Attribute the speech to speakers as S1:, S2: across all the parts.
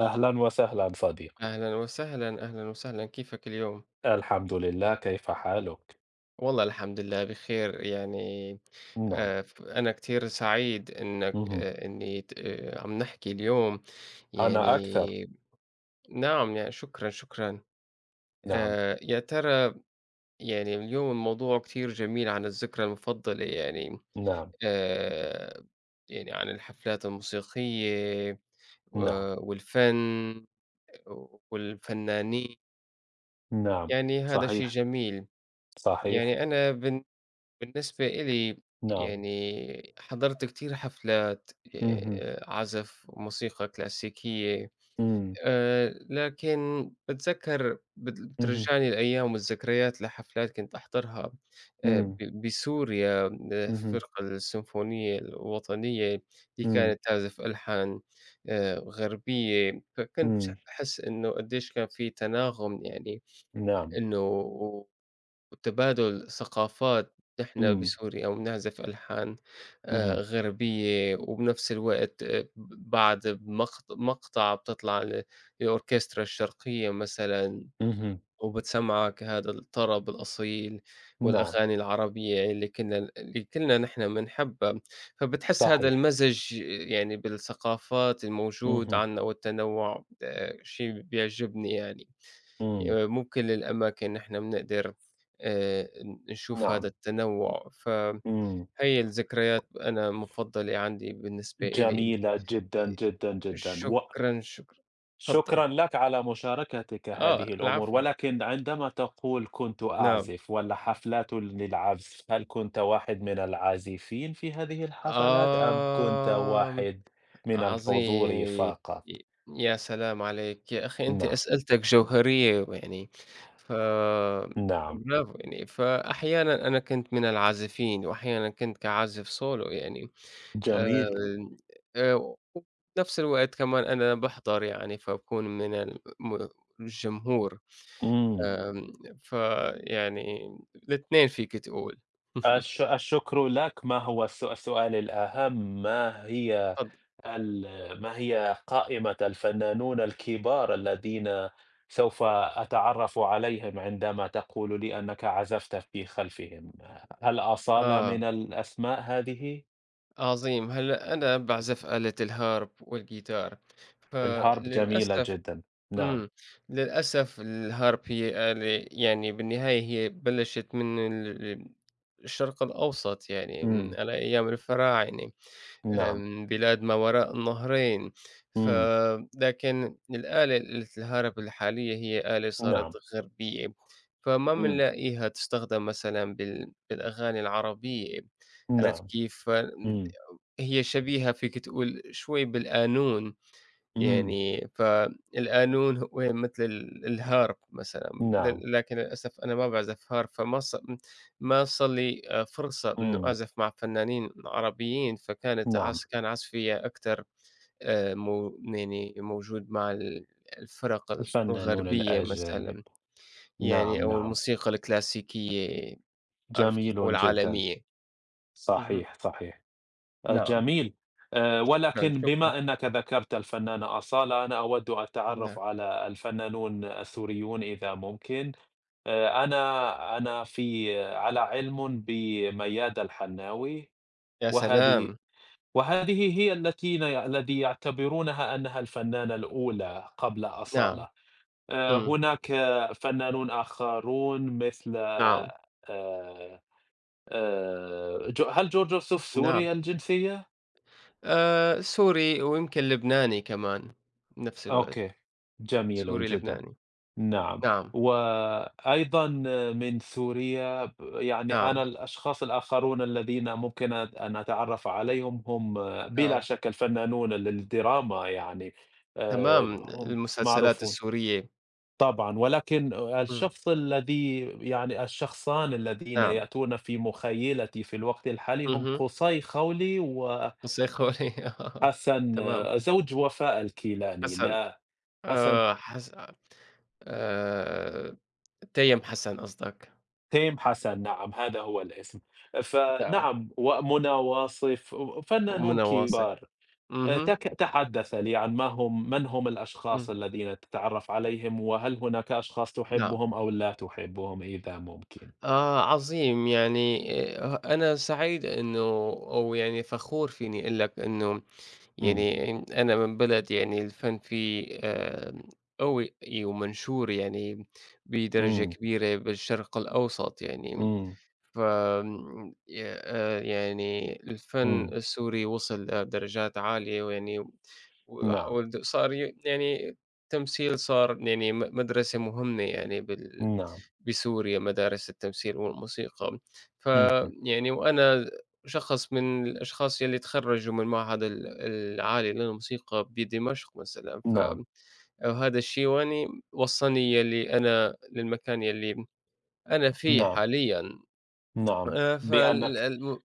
S1: أهلا وسهلا صديقي.
S2: أهلًا وسهلًا، أهلًا وسهلًا، كيفك اليوم؟
S1: الحمد لله، كيف حالك؟
S2: والله الحمد لله بخير يعني.
S1: نعم.
S2: ف أنا كتير سعيد إنك
S1: مهم.
S2: إني ت عم نحكي اليوم
S1: أنا أكثر.
S2: يعني. نعم، يعني شكرًا، شكرًا.
S1: نعم.
S2: يا ترى يعني اليوم الموضوع كتير جميل عن الذكرى المفضلة يعني.
S1: نعم.
S2: آآ، يعني عن الحفلات الموسيقية و
S1: نعم.
S2: والفن والفنانين،
S1: نعم.
S2: يعني هذا شيء
S1: صحيح.
S2: جميل.
S1: صحيح.
S2: يعني أنا بن بالنسبة إلي
S1: نعم.
S2: يعني حضرت كتير حفلات
S1: مهم.
S2: عزف وموسيقى كلاسيكية.
S1: مم.
S2: لكن باتذكّر بت
S1: مهم.
S2: بترجّعني الأيام والذكريات لحفلات كنت أحضرها
S1: مم.
S2: ب بسوريا. آه،
S1: مهم.
S2: الفرقة السيمفونية الوطنية اللي
S1: مم.
S2: كانت تعزف ألحان غربية، فكنت
S1: مم.
S2: أحس إنه قديش كان في تناغم يعني،
S1: نعم.
S2: إنه وتبادل ثقافات. نحن
S1: مم.
S2: بسوريا وبنعزف ألحان
S1: مهم.
S2: غربية، وبنفس الوقت ب بعد مقطع بتطلع الأوركسترا الشرقية مثلًا،
S1: مهم.
S2: وبتسمّعك هذا الطرب الأصيل
S1: نعم.
S2: والأغاني العربية اللي كلنا نحن بنحبها، فبتحس هذا
S1: صحيح.
S2: المزج يعني بالثقافات الموجود
S1: مهم.
S2: عندنا والتنوع شي بيعجبني يعني.
S1: مم.
S2: ممكن للأماكن إحنا بنقدر آآ نشوف هذا
S1: نعم.
S2: التنوُّع، فهي
S1: مم.
S2: الذكريات أنا مفضّلة عندي بالنسبة إلي.
S1: جميلة جدا جدا جدا.
S2: شكرًا، شكرًا. تفضّل.
S1: شكرا لك على مشاركتك
S2: آه،
S1: هذه الأمور،
S2: العفو،
S1: ولكن عندما تقول كنت
S2: نعم.
S1: أعزف ولا حفلات للعزف، هل كنت واحد من العازفين في هذه الحفلات أم كنت
S2: آمم،
S1: واحد من الحضور
S2: عظيم.
S1: فقط؟
S2: ي يا سلام عليك، يا أخي أنت
S1: نعم.
S2: أسئلتك جوهرية يعني، ف
S1: نعم.
S2: برافو يعني. فأحيانًا أنا كنت من العازفين وأحيانًا كنت كعازف solo يعني.
S1: جميل.
S2: آمم، وفي نفس الوقت كمان أنا باحضر يعني، فباكون من الجمهور.
S1: إمم.
S2: آمم، فيعني الاتنين فيك تقول.
S1: الشكر لك. ما هو السؤال الأهم، ما هي
S2: اتفضل.
S1: ال ما هي قائمة الفنانون الكبار الذين سوف أتعرّف عليهم عندما تقول لي أنك عزفت في خلفهم؟ هل أصالة
S2: آه،
S1: من الأسماء هذه؟
S2: عظيم. هلأ أنا باعزف آلة الharp والجيتار،
S1: الHarp جميلة
S2: فللأسف.
S1: جدًا. نعم.
S2: إمم، للأسف الharp هي آلة يعني بالنهاية هي بلشت من ال الشرق الأوسط يعني، من
S1: إمم.
S2: على أيام الفراعنة.
S1: نعم.
S2: بلاد ما وراء النهرين، ف
S1: إمم.
S2: لكن الآلة آلة الهرب الحالية هي آلة صارت
S1: نعم.
S2: غربية، فما
S1: إمم.
S2: بنلاقيها تستخدم مثلًا بالأغاني العربية، عرفت
S1: نعم.
S2: كيف؟
S1: إمم.
S2: هي شبيهة فيك تقول شوي بالقانون.
S1: إمم.
S2: يعني فالقانون هو مثل الهارب مثلًا،
S1: نعم.
S2: لكن للأسف أنا ما باعزف هارب، فما ص ما صار لي فرصة إنه
S1: إمم.
S2: أعزف مع فنانين عربيين، فكانت
S1: نعم.
S2: عز كان عزفي أكتر مو يعني موجود مع الفرق
S1: الفنانون
S2: الغربية
S1: الأجانب.
S2: مثلًا، يعني
S1: نعم،
S2: أو
S1: نعم.
S2: الموسيقى الكلاسيكية، عرفت كيف؟ أو
S1: جميل جدًا.
S2: العالمية. اهم،
S1: صحيح، صحيح.
S2: نعم،
S1: جميل.
S2: شكرًا،
S1: ولكن
S2: شكرًا،
S1: بما أنك ذكرت الفنانة أصالة، أنا أود التعرف
S2: نعم،
S1: على الفنانون السوريون إذا ممكن. أنا في على علمٍ بمياد الحناوي.
S2: يا
S1: وهذه
S2: سلام!
S1: وهذه هي التي الذي يعتبرونها أنها الفنانة الأولى قبل
S2: نعم،
S1: أصالة.
S2: إمم،
S1: هناك فنانون آخرون مثل
S2: نعم،
S1: آآ هل جورج وسوف
S2: نعم.
S1: سوري الجنسية؟
S2: سوري ويمكن لبناني كمان، بنفس الوقت،
S1: أوكي، جميل
S2: سوري،
S1: جدًا.
S2: لبناني.
S1: نعم.
S2: نعم،
S1: وأيضًا من سوريا يعني أنا
S2: نعم،
S1: الأشخاص الآخرون الذين ممكن أن أتعرّف عليهم هم آه، بلا
S2: نعم،
S1: شك الفنانون للدراما يعني.
S2: تمام،
S1: هم
S2: المسلسلات
S1: معروفون.
S2: السورية.
S1: طبعًا، ولكن
S2: إمم،
S1: الشخص الذي يعني الشخصان الذين
S2: نعم،
S1: يأتون في مخيلتي في الوقت الحالي هم
S2: اهم،
S1: قصي خولي، و
S2: الصيخوري آه،
S1: حسن
S2: تمام،
S1: زوج وفاء الكيلاني،
S2: حسن،
S1: لا، حسن
S2: آه، حس آآ تيم حسن قصدك،
S1: تيم حسن، نعم هذا هو الاسم.
S2: نعم،
S1: فنعم، ومنى واصف فنانون
S2: ومنى واصي.
S1: كبار.
S2: اهم،
S1: تحدث لي عن ما هم، من هم الأشخاص
S2: إمم،
S1: الذين تتعرف عليهم، وهل هناك أشخاص
S2: نعم.
S1: تحبهم أو لا تحبهم إذا ممكن؟
S2: آه، عظيم، يعني أنا سعيد إنه أو يعني فخور فيني أقول لك إنه
S1: إمم،
S2: يعني أنا من بلد يعني الفن فيه قوي ومنشور يعني بدرجة
S1: إمم،
S2: كبيرة بالشرق الأوسط يعني،
S1: إمم،
S2: فآمم ي يعني الفن
S1: إمم.
S2: السوري وصل لدرجات عالية ويعني وع
S1: نعم،
S2: ود صار ي يعني التمثيل صار يعني مدرسة مهمة يعني
S1: نعم.
S2: بسوريا مدارس التمثيل والموسيقى،
S1: اهم.
S2: فيعني وأنا شخص من الأشخاص يلّي تخرّجوا من المعهد العالي للموسيقى بدمشق مثلًا،
S1: نعم،
S2: وهذا الشيء ويعني وصّلني يلّي أنا للمكان يلّي أنا فيه
S1: نعم،
S2: حاليًا.
S1: نعم.
S2: فال
S1: بأنك
S2: الم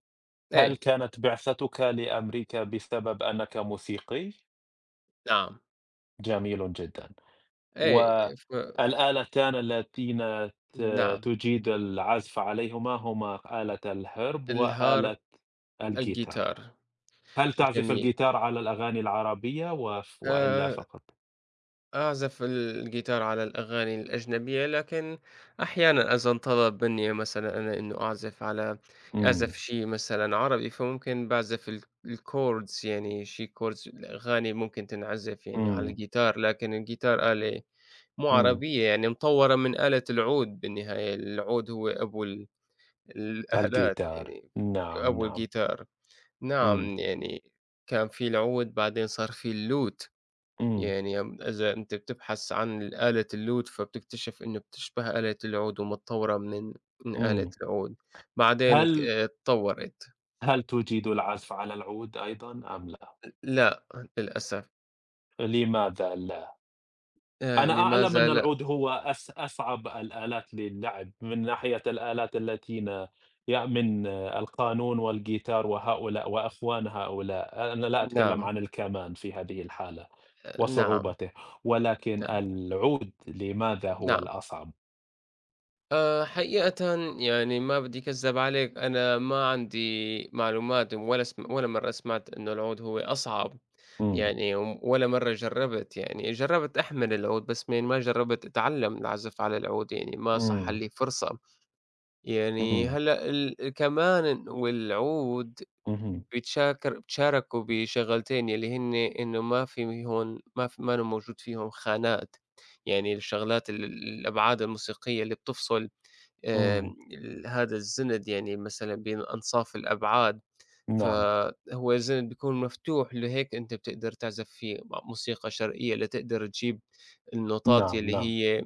S1: هل
S2: إيه،
S1: كانت بعثتك لأمريكا بسبب أنك موسيقي؟
S2: نعم،
S1: جميل جدًا.
S2: إيه،
S1: والآلتان اللتين ت
S2: نعم،
S1: تجيد العزف عليهما هما آلة الHarp
S2: الهارب،
S1: وآلة الجيتار.
S2: الجيتار،
S1: هل تعزف
S2: جميل.
S1: الجيتار على الأغاني العربية وإلا
S2: آآ،
S1: فقط؟
S2: أعزف الجيتار على الأغاني الأجنبية، لكن أحيانًا إذا انطلب مني مثلًا أنا إنه أعزف على أعزف
S1: إمم،
S2: شي مثلًا عربي، فممكن باعزف الchords يعني شي chords الأغاني ممكن تنعزف يعني على
S1: إمم،
S2: الجيتار، لكن الجيتار آلة مو
S1: إمم.
S2: عربية يعني مطوّرة من آلة العود بالنهاية، العود هو أبو الآلات
S1: الجيتار.
S2: يعني
S1: نعم،
S2: أول
S1: نعم.
S2: جيتار. نعم،
S1: إمم،
S2: يعني كان في العود بعدين صار في الlute
S1: إمم،
S2: يعني إذا أنت بتبحث عن الآلة الlute فبتكتشف إنه بتشبه آلة العود ومتطورة من آلة
S1: إمم.
S2: العود. بعدين ت
S1: هل
S2: اتطورت.
S1: هل تجيد العزف على العود أيضًا أم لا؟
S2: لأ، للأسف.
S1: لماذا لا؟ أنا أعلم
S2: لماذا
S1: أن
S2: لأ؟
S1: العود هو أصعب الآلات للعب، من ناحية الآلات التين يأمن القانون والجيتار وهؤلاء وأخوان هؤلاء. أنا لا أتكلم
S2: نعم،
S1: عن الكمان في هذه الحالة
S2: آه، نعم،
S1: وصعوبته، ولكن
S2: نعم،
S1: العود لماذا هو
S2: نعم.
S1: الأصعب؟
S2: حقيقةً يعني ما بدّي أكذّب عليك، أنا ما عندي معلومات ولا مرّة سمعت إنه العود هو أصعب،
S1: إمم،
S2: يعني ولا مرّة جرّبت يعني، جرّبت أحمل العود بس مين ما جرّبت أتعلّم العزف على العود يعني ما صح
S1: إمم،
S2: لي فرصة، يعني
S1: إمم،
S2: هلأ كمان والعود
S1: اهم،
S2: بيتشاركوا بشغلتين يلّي هن إنه ما في هون ما في ما أنا موجود فيهم خانات، يعني الشغلات الأبعاد الموسيقية اللي بتفصل.
S1: إمم،
S2: آمم، ال هذا الزِّند يعني مثلًا بين أنصاف الأبعاد،
S1: نعم،
S2: فهو الزِّند بيكون مفتوح، لهيك أنت بتقدر تعزف فيه موسيقى شرقية لتقدر تجيب النوتات
S1: نعم،
S2: يلّي
S1: نعم،
S2: هي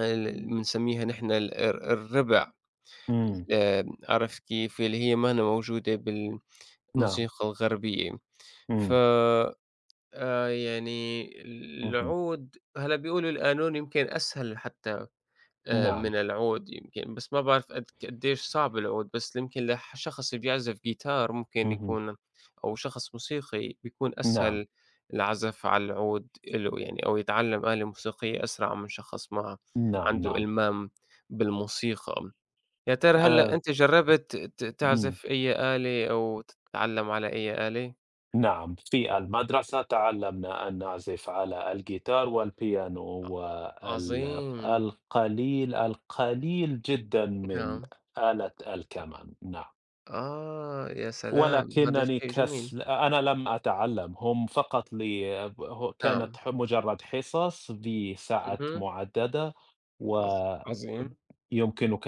S2: بنسمّيها نحن ال الر الرِّبع.
S1: إمم،
S2: عرفت كيف؟ يلّي هي مانا موجودة
S1: نعم،
S2: بالموسيقى الغربية. ف
S1: إمم،
S2: يعني
S1: اهم،
S2: العود هلّأ بيقولوا القانون يمكن أسهل حتى
S1: نعم،
S2: من العود يمكن، بس ما باعرف قديش صعب العود، بس يمكن لشخص اللي بيعزف جيتار ممكن
S1: اهم،
S2: يكون أو شخص موسيقي بيكون
S1: نعم،
S2: أسهل العزف على العود إله يعني، أو يتعلم آلة موسيقية أسرع من شخص ما
S1: نعم،
S2: عنده
S1: نعم.
S2: إلمام بالموسيقى. يا ترى
S1: آآ
S2: هلأ أنت جرّبت
S1: إمم.
S2: تعزف أي آلة أو تتعلم على أي آلة؟
S1: نعم، في المدرسة تعلمنا أن نعزف على الجيتار والبيانو وال
S2: عظيم،
S1: القليل القليل جدًا من
S2: نعم.
S1: آلة الكمان. نعم،
S2: آه، يا سلام! هذا
S1: ولكنني
S2: شيء جميل.
S1: أنا لم أتعلم هم فقط لي ه كانت
S2: نعم.
S1: مجرد حصص بساعات
S2: اهم.
S1: معددة.
S2: عظ
S1: ويمكنك
S2: عظيم.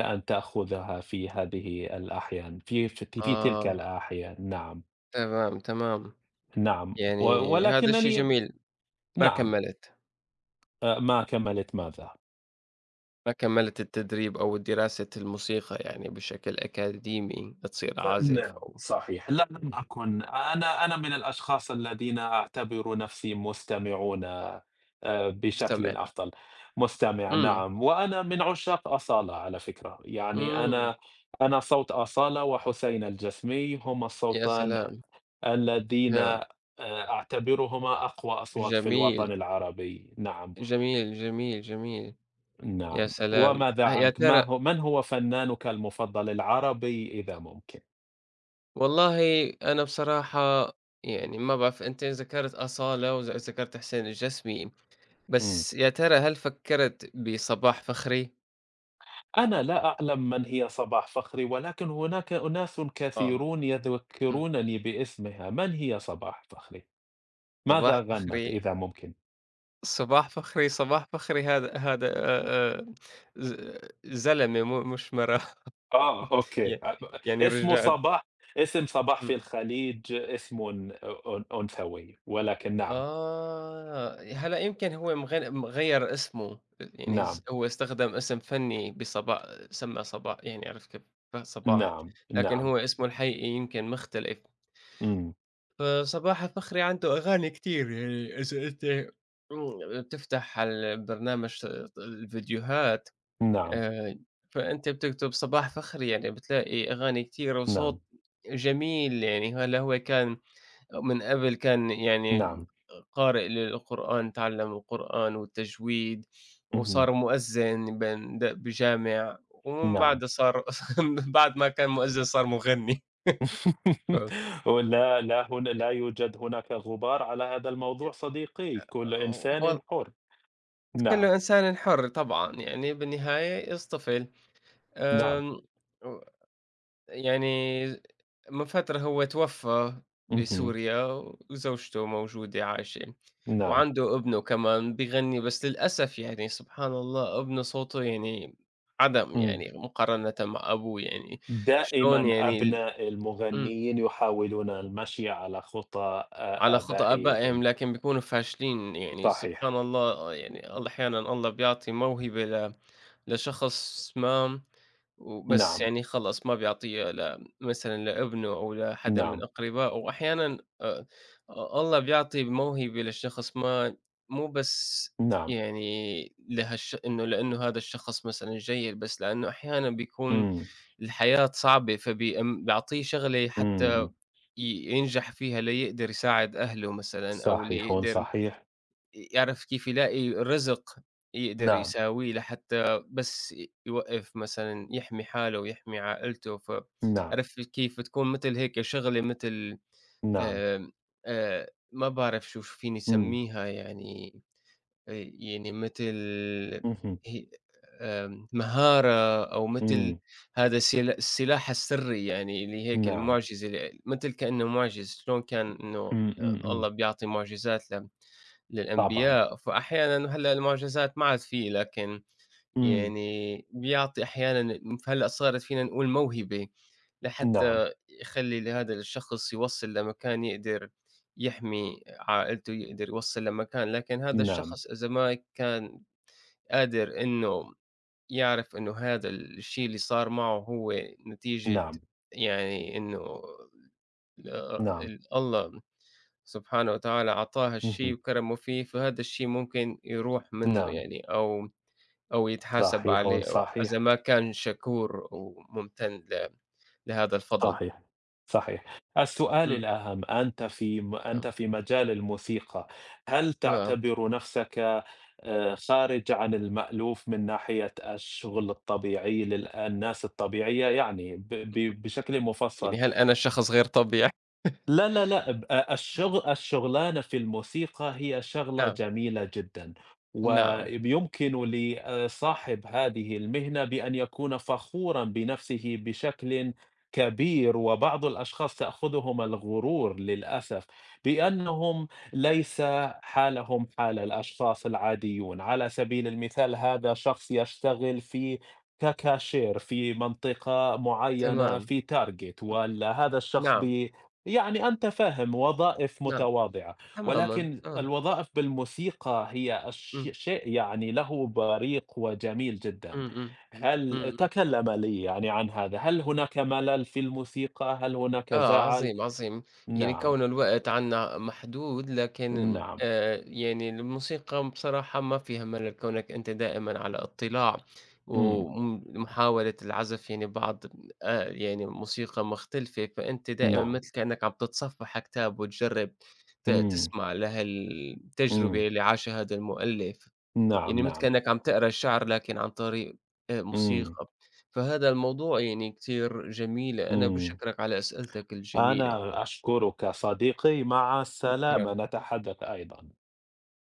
S1: أن تأخذها في هذه الأحيان في في تلك
S2: آه،
S1: الأحيان. نعم.
S2: تمام، تمام.
S1: نعم.
S2: يعني هذا الشيء
S1: ولكنني
S2: جميل، ما
S1: نعم.
S2: كمّلت،
S1: ما كملت ماذا؟
S2: ما كمّلت التدريب أو دراسة الموسيقى يعني بشكل أكاديمي تصير عازف
S1: نعم
S2: أو
S1: صحيح. لا، لم أكن، أنا من الأشخاص الذين أعتبر نفسي مستمعون بشكل
S2: مستمع.
S1: أفضل. مستمع
S2: إمم،
S1: نعم، وأنا من عشاق أصالة على فكرة. يعني
S2: إمم،
S1: أنا صوت أصالة وحسين الجسمي هما
S2: يا
S1: الصوتان
S2: سلام!
S1: الذين
S2: يا
S1: أعتبرهما أقوى أصوات في
S2: جميل،
S1: الوطن العربي. نعم،
S2: جميل، جميل، جميل، يا
S1: نعم.
S2: سلام!
S1: وماذا
S2: يا
S1: عنك؟ ما
S2: ترى
S1: هو، من هو فنانك المفضل العربي إذا ممكن؟
S2: والله أنا بصراحة يعني ما باعرف أنت ذكرت أصالة ذكرت حسين الجسمي،
S1: إمم.
S2: بس يا ترى هل فكّرت بصباح فخري؟
S1: أنا لا أعلم من هي صباح فخري، ولكن هناك أناس
S2: آه،
S1: كثيرون
S2: إمم،
S1: يذكّرونني باسمها، من هي صباح فخري؟
S2: صباح
S1: ماذا
S2: فخري،
S1: غنّت إذا ممكن؟
S2: صباح فخري، صباح فخري هذا هذا آآ ز زلمة مش مرأة
S1: آه أوكي.
S2: ي يعني
S1: اسمه
S2: رجال.
S1: صباح. اسم صباح في
S2: إمم،
S1: الخليج اسم أنثوي، ولكن نعم،
S2: آه، هلأ يمكن هو مغيّر اسمه، يعني
S1: نعم،
S2: هو استخدم اسم فني بصباح، سمّى صباح يعني عرفت كيف؟ ف- صباح،
S1: نعم،
S2: لكن
S1: نعم،
S2: هو اسمه الحقيقي يمكن مختلف،
S1: إمم،
S2: فصباح فخري عنده أغاني كتير يعني إذا أنت، إمم، بتفتح على البرنامج الفيديوهات،
S1: نعم،
S2: آآ، فأنت بتكتب صباح فخري يعني بتلاقي أغاني كتيرة
S1: نعم،
S2: وصوت جميل يعني، هلّا هو كان من قبل كان يعني
S1: نعم،
S2: قارئ للقرآن، تعلم القرآن والتجويد
S1: اهم،
S2: وصار مؤذن بن د بجامع ومن
S1: نعم.
S2: بعده صار من بعد ما كان مؤذن صار مغني. ف
S1: ولا، لا، هنا لا يوجد هناك غبار على هذا الموضوع صديقي، كل
S2: و
S1: إنسان حُر. نعم،
S2: كلّه إنسان حُر طبعًا يعني بالنهاية يصطفل.
S1: نعم،
S2: آمم و يعني من فترة هو توفى
S1: اهم،
S2: بسوريا وزوجته موجودة عايشة
S1: نعم،
S2: وعنده ابنه كمان بيغني بس للأسف يعني سبحان الله ابنه صوته يعني عدم
S1: إمم.
S2: يعني مقارنة مع أبوه يعني. شلون
S1: دائمًا
S2: يعني ال-
S1: أبناء
S2: مم.
S1: المغنيين يحاولون المشي على خطى
S2: على خطأ آبائهم
S1: آبائهم.
S2: لكن بيكونوا فاشلين يعني سبحان
S1: صحيح،
S2: الله يعني الله بيعطي موهبة لشخص ما وبس
S1: نعم،
S2: يعني خلص ما بيعطيه مثلًا لابنه أو لحدا من
S1: نعم،
S2: أقربائه، وأحيانًا الله بيعطي موهبة لشخص ما مو بس
S1: نعم،
S2: يعني لهالش إنه لإنه هذا الشخص مثلًا جيد، بس لإنه أحيانًا بيكون
S1: إمم،
S2: الحياة صعبة بيعطيه شغلة حتى
S1: إمم،
S2: ينجح فيها ليقدر يساعد أهله مثلًا أو
S1: صحيح،
S2: ليقدر
S1: صحيح،
S2: يعرف كيف يلاقي رزق يقدر
S1: نعم،
S2: يساويه لحتى بس يوقّف مثلًا يحمي حاله ويحمي عائلته،
S1: نعم،
S2: عرفت كيف تكون مثل هيك شغلة مثل
S1: نعم،
S2: آمم، ما باعرف شو فيني
S1: إمم،
S2: سمّيها يعني. آآ، يعني مثل
S1: اهم،
S2: هي، مهارة أو مثل
S1: إمم،
S2: هذا السلاح السري يعني اللي هيك
S1: نعم،
S2: المُعجزة مثل كإنه مُعجز، شلون كان إنه
S1: إمم، إمم،
S2: آه،
S1: إمم،
S2: الله بيعطي مُعجزات
S1: طبعًا،
S2: للأنبياء، فأحيانًا هلأ المعجزات ما عاد في، لكن
S1: إمم،
S2: يعني بيعطي أحيانًا هلأ صارت فينا نقول موهبة،
S1: نعم،
S2: لحتى يخلّي لهذا الشخص يوصّل لمكان يقدر يحمي عائلته، يقدر يوصّل لمكان، لكن هذا
S1: نعم،
S2: الشخص إذا ما كان قادر إنه يعرف إنه هذا الشيء اللي صار معه هو نتيجة
S1: نعم،
S2: يعني إنه
S1: نعم،
S2: الله سبحانه وتعالى أعطاه هالشي
S1: اهم،
S2: وكرمه فيه، فهذا الشي ممكن يروح منّه
S1: نعم،
S2: يعني، أو أو يتحاسب
S1: صحيح،
S2: عليه أو إذا
S1: صحيح،
S2: ما كان شكور وممتن لهذا الفضل.
S1: صحيح. صحيح. السؤال
S2: إمم،
S1: الأهم،
S2: نعم،
S1: أنت في مجال الموسيقى. هل
S2: نعم،
S1: تعتبر نفسك خارج عن المألوف من ناحية الشغل الطبيعي الناس الطبيعية؟ يعني ب ب بشكل
S2: يعني
S1: مفصل.
S2: هل أنا شخص غير طبيعي؟
S1: لا، لا، لأ. ب أ الشغلانة في الموسيقى هي شغلة
S2: نعم،
S1: جميلة جدًا،
S2: نعم،
S1: وبيمكن لصاحب هذه المهنة بأن يكون فخورًا بنفسه بشكل كبير، وبعض الأشخاص تأخذهم الغرور للأسف، بأنهم ليس حالهم حال الأشخاص العاديون. على سبيل المثال هذا شخص يشتغل في ككاشير في منطقة معينة
S2: تمام،
S1: في target، والّا هذا الشخص
S2: نعم،
S1: يعني أنت فاهم، وظائف
S2: نعم،
S1: متواضعة.
S2: تمامًا،
S1: ولكن
S2: آه،
S1: الوظائف بالموسيقى هي الش
S2: إمم،
S1: شيء يعني له بريق وجميل جدًا.
S2: إمم، إمم،
S1: إمم.
S2: إمم،
S1: هل
S2: إمم.
S1: تكلم لي يعني عن هذا، هل هناك ملل في الموسيقى؟ هل هناك
S2: آه،
S1: زعل؟
S2: عظيم، عظيم. يعني
S1: نعم،
S2: كون الوقت عندنا محدود، لكن
S1: نعم،
S2: يعني الموسيقى بصراحة ما فيها ملل، كونك أنت دائمًا على اطلاع،
S1: إمم،
S2: ومحاولة العزف يعني بعض يعني موسيقى مختلفة، فأنت دائمًا
S1: نعم،
S2: مثل كأنك عم تتصفح كتاب وتجرب
S1: إمم،
S2: تسمع
S1: إمم،
S2: لهالتجربة اللي عاشها هذا المؤلف.
S1: نعم،
S2: يعني مثل
S1: نعم،
S2: كأنك عم تقرا الشعر لكن عن طريق
S1: إمم،
S2: موسيقى، فهذا الموضوع يعني كتير جميل، أنا
S1: إمم.
S2: باشكرك على أسئلتك الجميلة،
S1: أنا أشكرك صديقي، مع السلامة،
S2: شكرًا.
S1: نتحدث أيضًا.